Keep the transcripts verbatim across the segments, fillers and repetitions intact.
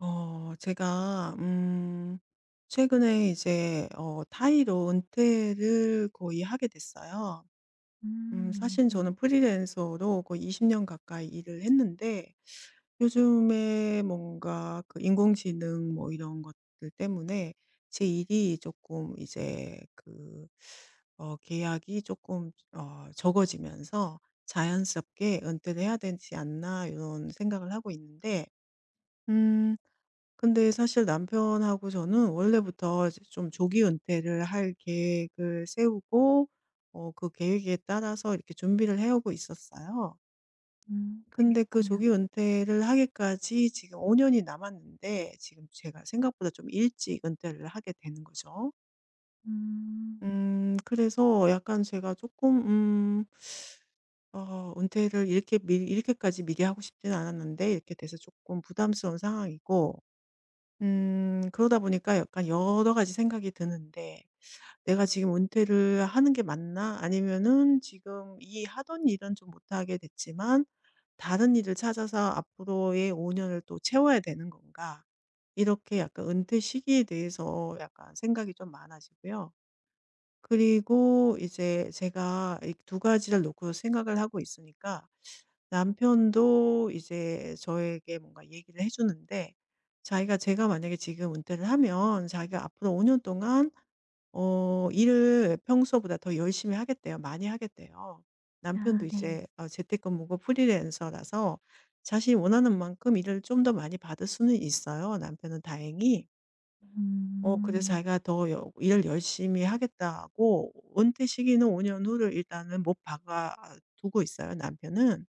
어, 제가, 음, 최근에 이제, 어, 타이로 은퇴를 거의 하게 됐어요. 음, 음 사실 저는 네. 프리랜서로 거의 이십 년 가까이 일을 했는데, 요즘에 뭔가 그 인공지능 뭐 이런 것들 때문에 제 일이 조금 이제 그, 어, 계약이 조금, 어, 적어지면서 자연스럽게 은퇴를 해야 되지 않나, 이런 생각을 하고 있는데, 음. 근데 사실 남편하고 저는 원래부터 이제 좀 조기 은퇴를 할 계획을 세우고 어 그 계획에 따라서 이렇게 준비를 해 오고 있었어요. 음 근데 그 그러셨군요. 조기 은퇴를 하기까지 지금 오 년이 남았는데 지금 제가 생각보다 좀 일찍 은퇴를 하게 되는 거죠. 음. 음 그래서 약간 제가 조금 음 어 은퇴를 이렇게 미 이렇게까지 미리 하고 싶지는 않았는데 이렇게 돼서 조금 부담스러운 상황이고. 음 그러다 보니까 약간 여러 가지 생각이 드는데 '내가 지금 은퇴를 하는 게 맞나?' 아니면은 지금 이 하던 일은 좀 못하게 됐지만 '다른 일을 찾아서 앞으로의 오 년을 또 채워야 되는 건가?' 이렇게 약간 은퇴 시기에 대해서 약간 생각이 좀 많아지고요. 그리고 이제 제가 이 두 가지를 놓고 생각을 하고 있으니까 남편도 이제 저에게 뭔가 얘기를 해 주는데, 자기가, 제가 만약에 지금 은퇴를 하면 자기가 앞으로 오 년 동안 어 일을 평소보다 더 열심히 하겠대요. 많이 하겠대요. 아 남편도 네. 이제 어 재택근무고 프리랜서라서 자신이 원하는 만큼 일을 좀 더 많이 받을 수는 있어요, 남편은 다행히. 어 그래서 음. 자기가 더 여 일을 열심히 하겠다고 은퇴 시기는 오 년 후를 일단은 못 박아 두고 있어요 남편은.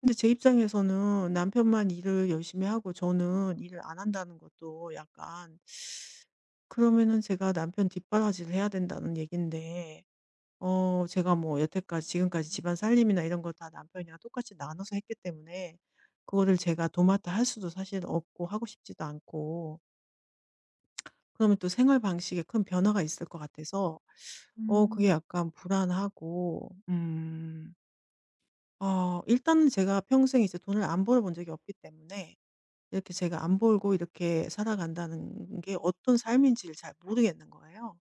근데 제 입장에서는 남편만 일을 열심히 하고 저는 일을 안 한다는 것도 약간, 그러면은 제가 남편 뒷바라지를 해야 된다는 얘긴데, 어 제가 뭐 여태까지 지금까지 집안 살림이나 이런 거 다 남편이랑 똑같이 나눠서 했기 때문에 그거를 제가 도맡아 할 수도 사실 없고 하고 싶지도 않고, 그러면 또 생활 방식에 큰 변화가 있을 것 같아서 어 그게 음. 약간 불안하고. 음. 어 일단은 제가 평생 이제 돈을 안 벌어 본 적이 없기 때문에 이렇게 제가 안 벌고 이렇게 살아간다는 게 어떤 삶인지를 잘 모르겠는 거예요.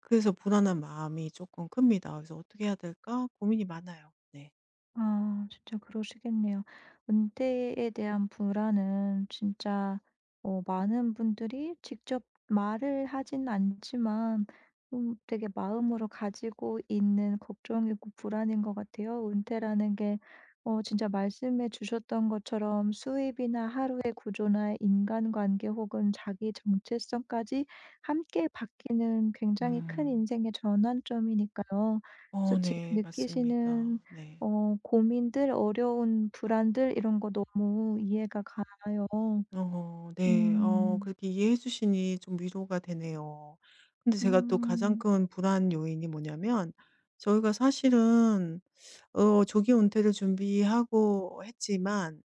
그래서 불안한 마음이 조금 큽니다. 그래서 '어떻게 해야 될까?' 고민이 많아요. 네. 아 진짜 그러시겠네요. 은퇴에 대한 불안은 진짜 어 많은 분들이 직접 말을 하진 않지만 음 되게 마음으로 가지고 있는 걱정이고 불안인 것 같아요. 은퇴라는 게 어 진짜 말씀해 주셨던 것처럼 수입이나 하루의 구조나 인간관계 혹은 자기 정체성까지 함께 바뀌는 굉장히 큰 음. 인생의 전환점이니까요. 그래서 어 지금 네. 느끼시는 맞습니다. 네. 어 고민들, 어려운 불안들 이런 거 너무 이해가 가요. 어 네. 어 음. 그렇게 이해해 주시니 좀 위로가 되네요. 근데 제가 또 가장 음. 큰 불안 요인이 뭐냐면, 저희가 사실은 어 조기 은퇴를 준비하고 했지만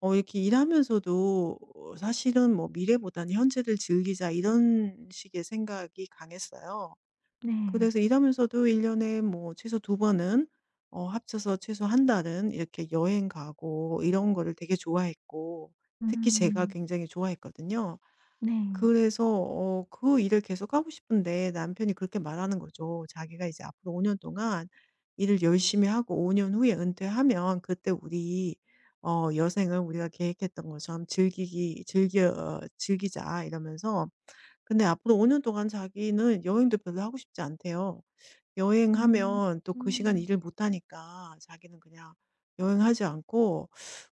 어 이렇게 일하면서도 사실은 뭐 '미래보다는 현재를 즐기자.' 이런 식의 생각이 강했어요. 네. 그래서 일하면서도 일 년에 뭐 최소 두 번은 어 합쳐서 최소 한 달은 이렇게 여행 가고 이런 거를 되게 좋아했고, 특히 제가 음. 굉장히 좋아했거든요. 네. 그래서 어 그 일을 계속 하고 싶은데 남편이 그렇게 말하는 거죠. 자기가 이제 "앞으로 오 년 동안 일을 열심히 하고 오 년 후에 은퇴하면 그때 우리 어 여생을 우리가 계획했던 것처럼 즐기기 즐겨 어, 즐기자." 이러면서, 근데 앞으로 오 년 동안 자기는 여행도 별로 하고 싶지 않대요. 음. 여행하면 또 그 시간 음. 일을 못 하니까 자기는 그냥 여행하지 않고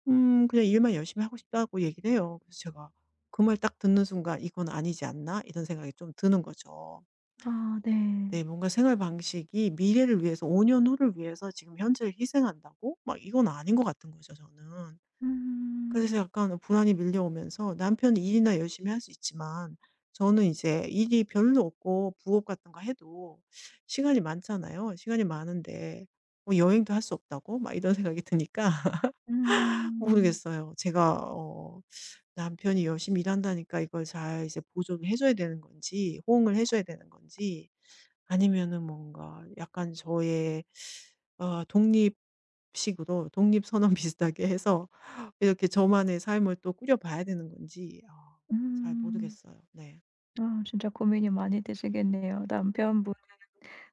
음 그냥 일만 열심히 하고 싶다고 얘기를 해요. 그래서 제가 그 말 딱 듣는 순간 '이건 아니지 않나?' 이런 생각이 좀 드는 거죠. 아 네. 네, 뭔가 생활 방식이 미래를 위해서 오 년 후를 위해서 지금 현재를 희생한다고? 막 이건 아닌 것 같은 거죠 저는. 음. 그래서 약간 불안이 밀려오면서, 남편이 일이나 열심히 할 수 있지만 저는 이제 일이 별로 없고 부업 같은 거 해도 시간이 많잖아요. 시간이 많은데 뭐 여행도 할 수 없다고 막 이런 생각이 드니까 음. 모르겠어요. 제가 어 남편이 열심히 일한다니까 이걸 잘 이제 보조를 해줘야 되는 건지 호응을 해줘야 되는 건지, 아니면은 뭔가 약간 저의 어 독립식으로 독립선언 비슷하게 해서 이렇게 저만의 삶을 또 꾸려 봐야 되는 건지, 어, 잘 음. 모르겠어요. 네. 아 진짜 고민이 많이 되시겠네요. 남편분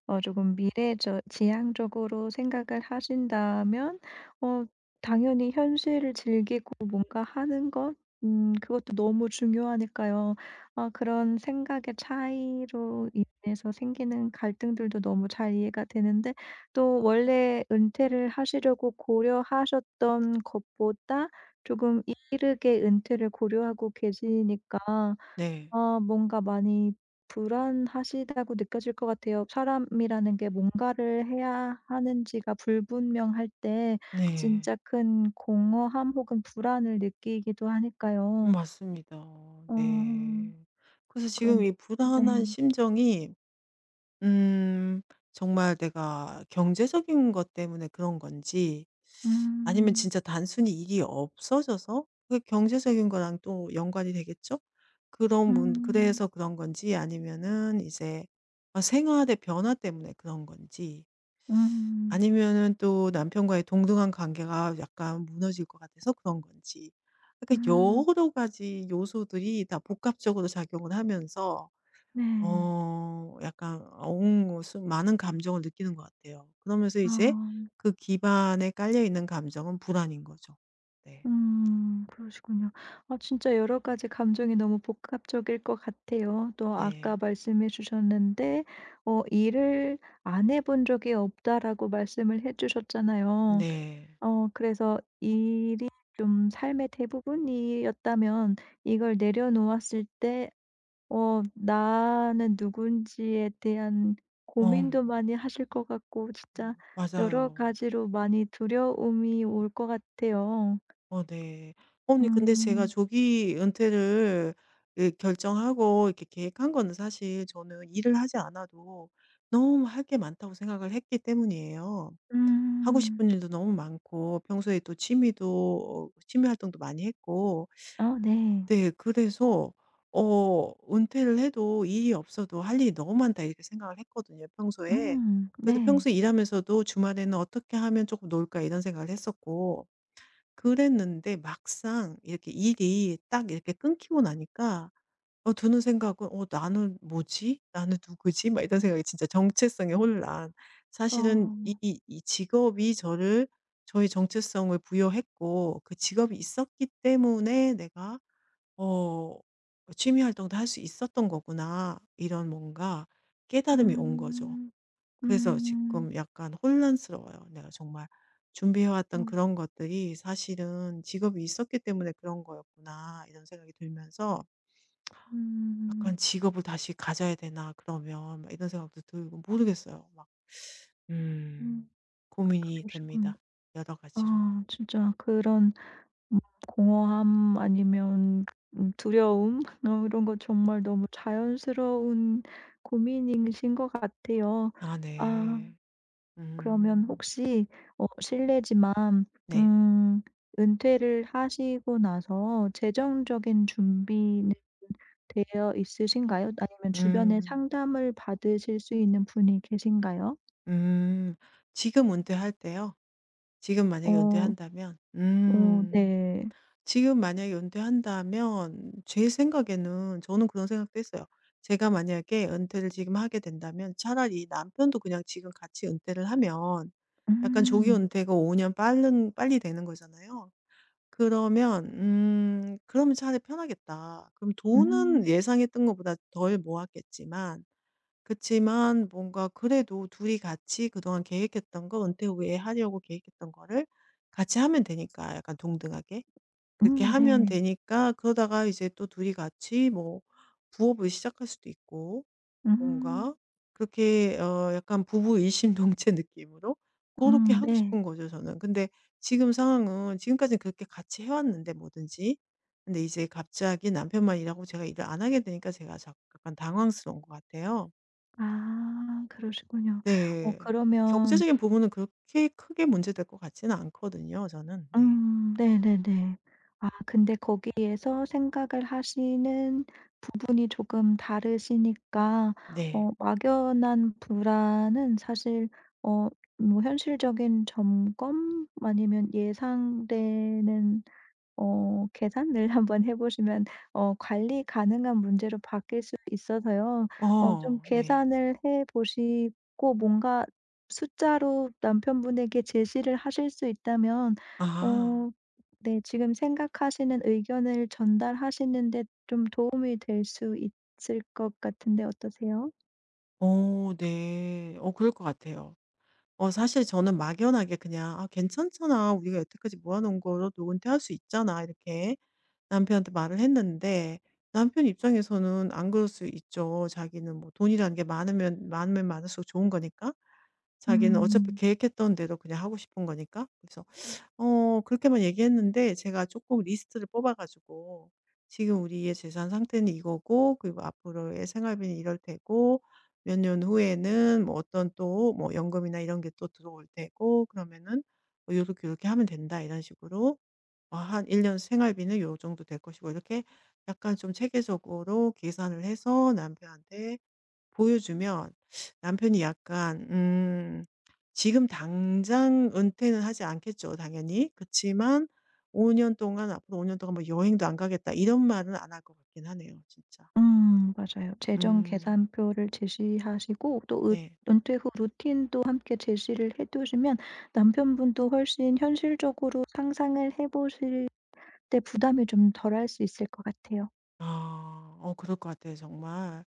어 조금 미래 저 지향적으로 생각을 하신다면 어 당연히 현실을 즐기고 뭔가 하는 것, 음 그것도 너무 중요하니까요. 어 그런 생각의 차이로 인해서 생기는 갈등들도 너무 잘 이해가 되는데, 또 원래 은퇴를 하시려고 고려하셨던 것보다 조금 이르게 은퇴를 고려하고 계시니까 네. 아 뭔가 많이 불안하시다고 느껴질 것 같아요. 사람이라는 게 뭔가를 해야 하는지가 불분명할 때 네. 진짜 큰 공허함 혹은 불안을 느끼기도 하니까요. 맞습니다. 어 네. 그래서 그럼. 지금 이 네. 불안한 심정이 음 정말 내가 경제적인 것 때문에 그런 건지, 아니면 음. 진짜 단순히 일이 없어져서 그게 경제적인 거랑 또 연관이 되겠죠? 그런 문 음. 그래서 그런 건지, 아니면은 이제 아 생활의 변화 때문에 그런 건지, 음. 아니면은 또 남편과의 동등한 관계가 약간 무너질 것 같아서 그런 건지. 그러니까 음. 여러 가지 요소들이 다 복합적으로 작용을 하면서 네. 어 약간 어 수 많은 감정을 느끼는 것 같아요. 그러면서 이제 아. 그 기반에 깔려 있는 감정은 불안인 거죠. 네. 음 그러시군요. 아 진짜 여러 가지 감정이 너무 복합적일 것 같아요. 또 아까 네. 말씀해 주셨는데 어 "일을 안 해본 적이 없다."라고 말씀을 해 주셨잖아요. 네. 어 그래서 이 좀 삶의 대부분이었다면, 이걸 내려놓았을 때 어 나는 누군지에 대한 어 고민도 많이 하실 것 같고, 진짜 음 여러 맞아요. 가지로 많이 두려움이 올 것 같아요. 어 네. 언니, 근데 제가 음. 조기 은퇴를 예 결정하고 이렇게 계획한 거는 사실 저는 일을 하지 않아도 너무 할 게 많다고 생각을 했기 때문이에요. 하고 음. 싶은 일도 너무 많고 평소에 또 취미도 취미 활동도 많이 했고. 어 네. 네. 그래서 어 '은퇴를 해도 일이 없어도 할 일이 너무 많다.' 이렇게 생각을 했거든요 평소에. 음 그래서 네. 평소에 일하면서도 '주말에는 어떻게 하면 조금 놀까.' 이런 생각을 했었고. 그랬는데 막상 이렇게 일이 딱 이렇게 끊기고 나니까 어 드는 생각은 '어 나는 뭐지? 나는 누구지?' 막 이런 생각이. 진짜 정체성의 혼란. 사실은 이 어. 이 이 직업이 저를 저의 정체성을 부여했고, 그 직업이 있었기 때문에 내가 어 '취미 활동도 할 수 있었던 거구나.' 이런 뭔가 깨달음이 온 거죠. 음. 그래서 음. 지금 약간 혼란스러워요. 내가 정말 준비해 왔던 음. 그런 것들이 사실은 직업이 있었기 때문에 그런 거였구나 이런 생각이 들면서 약간 음. '직업을 다시 가져야 되나 그러면.' 막 이런 생각도 들고 모르겠어요. 막. 음. 음 고민이 그러시군요. 됩니다 여러 가지로. 아 진짜 그런 음 공허함 아니면 음 두려움 어 이런 거 정말 너무 자연스러운 고민이신 것 같아요. 아 아 네. 그러면 음. 혹시 어 실례지만 네. 음 은퇴를 하시고 나서 재정적인 준비 되어 있으신가요? 아니면 주변에 음. 상담을 받으실 수 있는 분이 계신가요? 음. 지금 은퇴할 때요? 지금 만약에 어. 은퇴한다면? 어 음. 네. 지금 만약에 은퇴한다면, 제 생각에는, 저는 그런 생각도 했어요. 제가 만약에 은퇴를 지금 하게 된다면 차라리 남편도 그냥 지금 같이 은퇴를 하면 약간 조기 음. 은퇴가 오 년 빠른 빨리 되는 거잖아요. 그러면 음 '그러면 차라리 편하겠다.' 그럼 음. 돈은 예상했던 것보다 덜 모았겠지만 그치만 뭔가 그래도 둘이 같이 그동안 계획했던 거, 은퇴 후에 하려고 계획했던 거를 같이 하면 되니까 약간 동등하게 그렇게 음 하면 네. 되니까, 그러다가 이제 또 둘이 같이 뭐 부업을 시작할 수도 있고, 음. 뭔가 그렇게 어 약간 부부 일심동체 느낌으로 음 그렇게 하고 네. 싶은 거죠 저는. 근데 지금 상황은, 지금까지는 그렇게 같이 해왔는데 뭐든지, 근데 이제 갑자기 남편만 일하고 제가 일을 안 하게 되니까 제가 자- 약간 당황스러운 것 같아요. 아 그러시군요. 어 네. 그러면 경제적인 부분은 그렇게 크게 문제될 것 같지는 않거든요, 저는. 네. 음 네네네. 아 근데 거기에서 생각을 하시는 부분이 조금 다르시니까 네. 어 막연한 불안은 사실 어 뭐 현실적인 점검 아니면 예상되는 어 계산을 한번 해 보시면 어 관리 가능한 문제로 바뀔 수 있어서요. 어 좀 어 네. 계산을 해 보시고 뭔가 숫자로 남편분에게 제시를 하실 수 있다면, 아. 어 네, 지금 생각하시는 의견을 전달하시는 데 좀 도움이 될 수 있을 것 같은데 어떠세요? 어 네. 어 그럴 것 같아요. 어 사실 저는 막연하게 그냥 '아 괜찮잖아. 우리가 여태까지 모아 놓은 거로도 은퇴할 수 있잖아.' 이렇게 남편한테 말을 했는데, 남편 입장에서는 안 그럴 수 있죠. 자기는 뭐 돈이라는 게 많으면 많으면 많을수록 좋은 거니까. 자기는 어차피 음. 계획했던 대로 그냥 하고 싶은 거니까. 그래서 어 그렇게만 얘기했는데 제가 조금 리스트를 뽑아 가지고 "지금 우리의 재산 상태는 이거고, 그리고 앞으로의 생활비는 이럴 테고, 몇 년 후에는 뭐 어떤 또 뭐 연금이나 이런 게 또 들어올 테고, 그러면은 뭐 요렇게, 요렇게 하면 된다." 이런 식으로, 어 "한 일 년 생활비는 요 정도 될 것이고." 이렇게 약간 좀 체계적으로 계산을 해서 남편한테 보여주면 남편이 약간 음 지금 당장 은퇴는 하지 않겠죠 당연히. 그치만 오 년 동안 앞으로 오 년 동안 뭐 "여행도 안 가겠다." 이런 말은 안 할 것 같긴 하네요 진짜. 음 맞아요. 재정 음 계산표를 제시하시고 또 으 네. 은퇴 후 루틴도 함께 제시를 해 두시면 남편분도 훨씬 현실적으로 상상을 해 보실 때 부담이 좀 덜할 수 있을 것 같아요. 아 어 그럴 것 같아요 정말.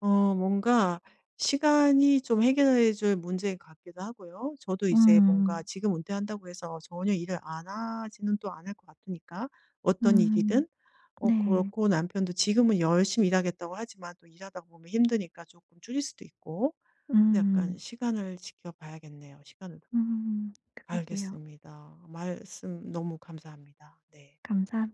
어 뭔가 시간이 좀 해결해 줄 문제인 것 같기도 하고요. 저도 이제 뭔가 음. 지금 은퇴한다고 해서 전혀 일을 안 하지는 또 않을 것 같으니까. 어떤 음. 일이든. 어 네. 그렇고 남편도 지금은 열심히 일하겠다고 하지만 또 일하다 보면 힘드니까 조금 줄일 수도 있고 약간 음. 시간을 지켜봐야겠네요. 시간을 두고. 음. 그러게요. 알겠습니다. 말씀 너무 감사합니다. 네. 감사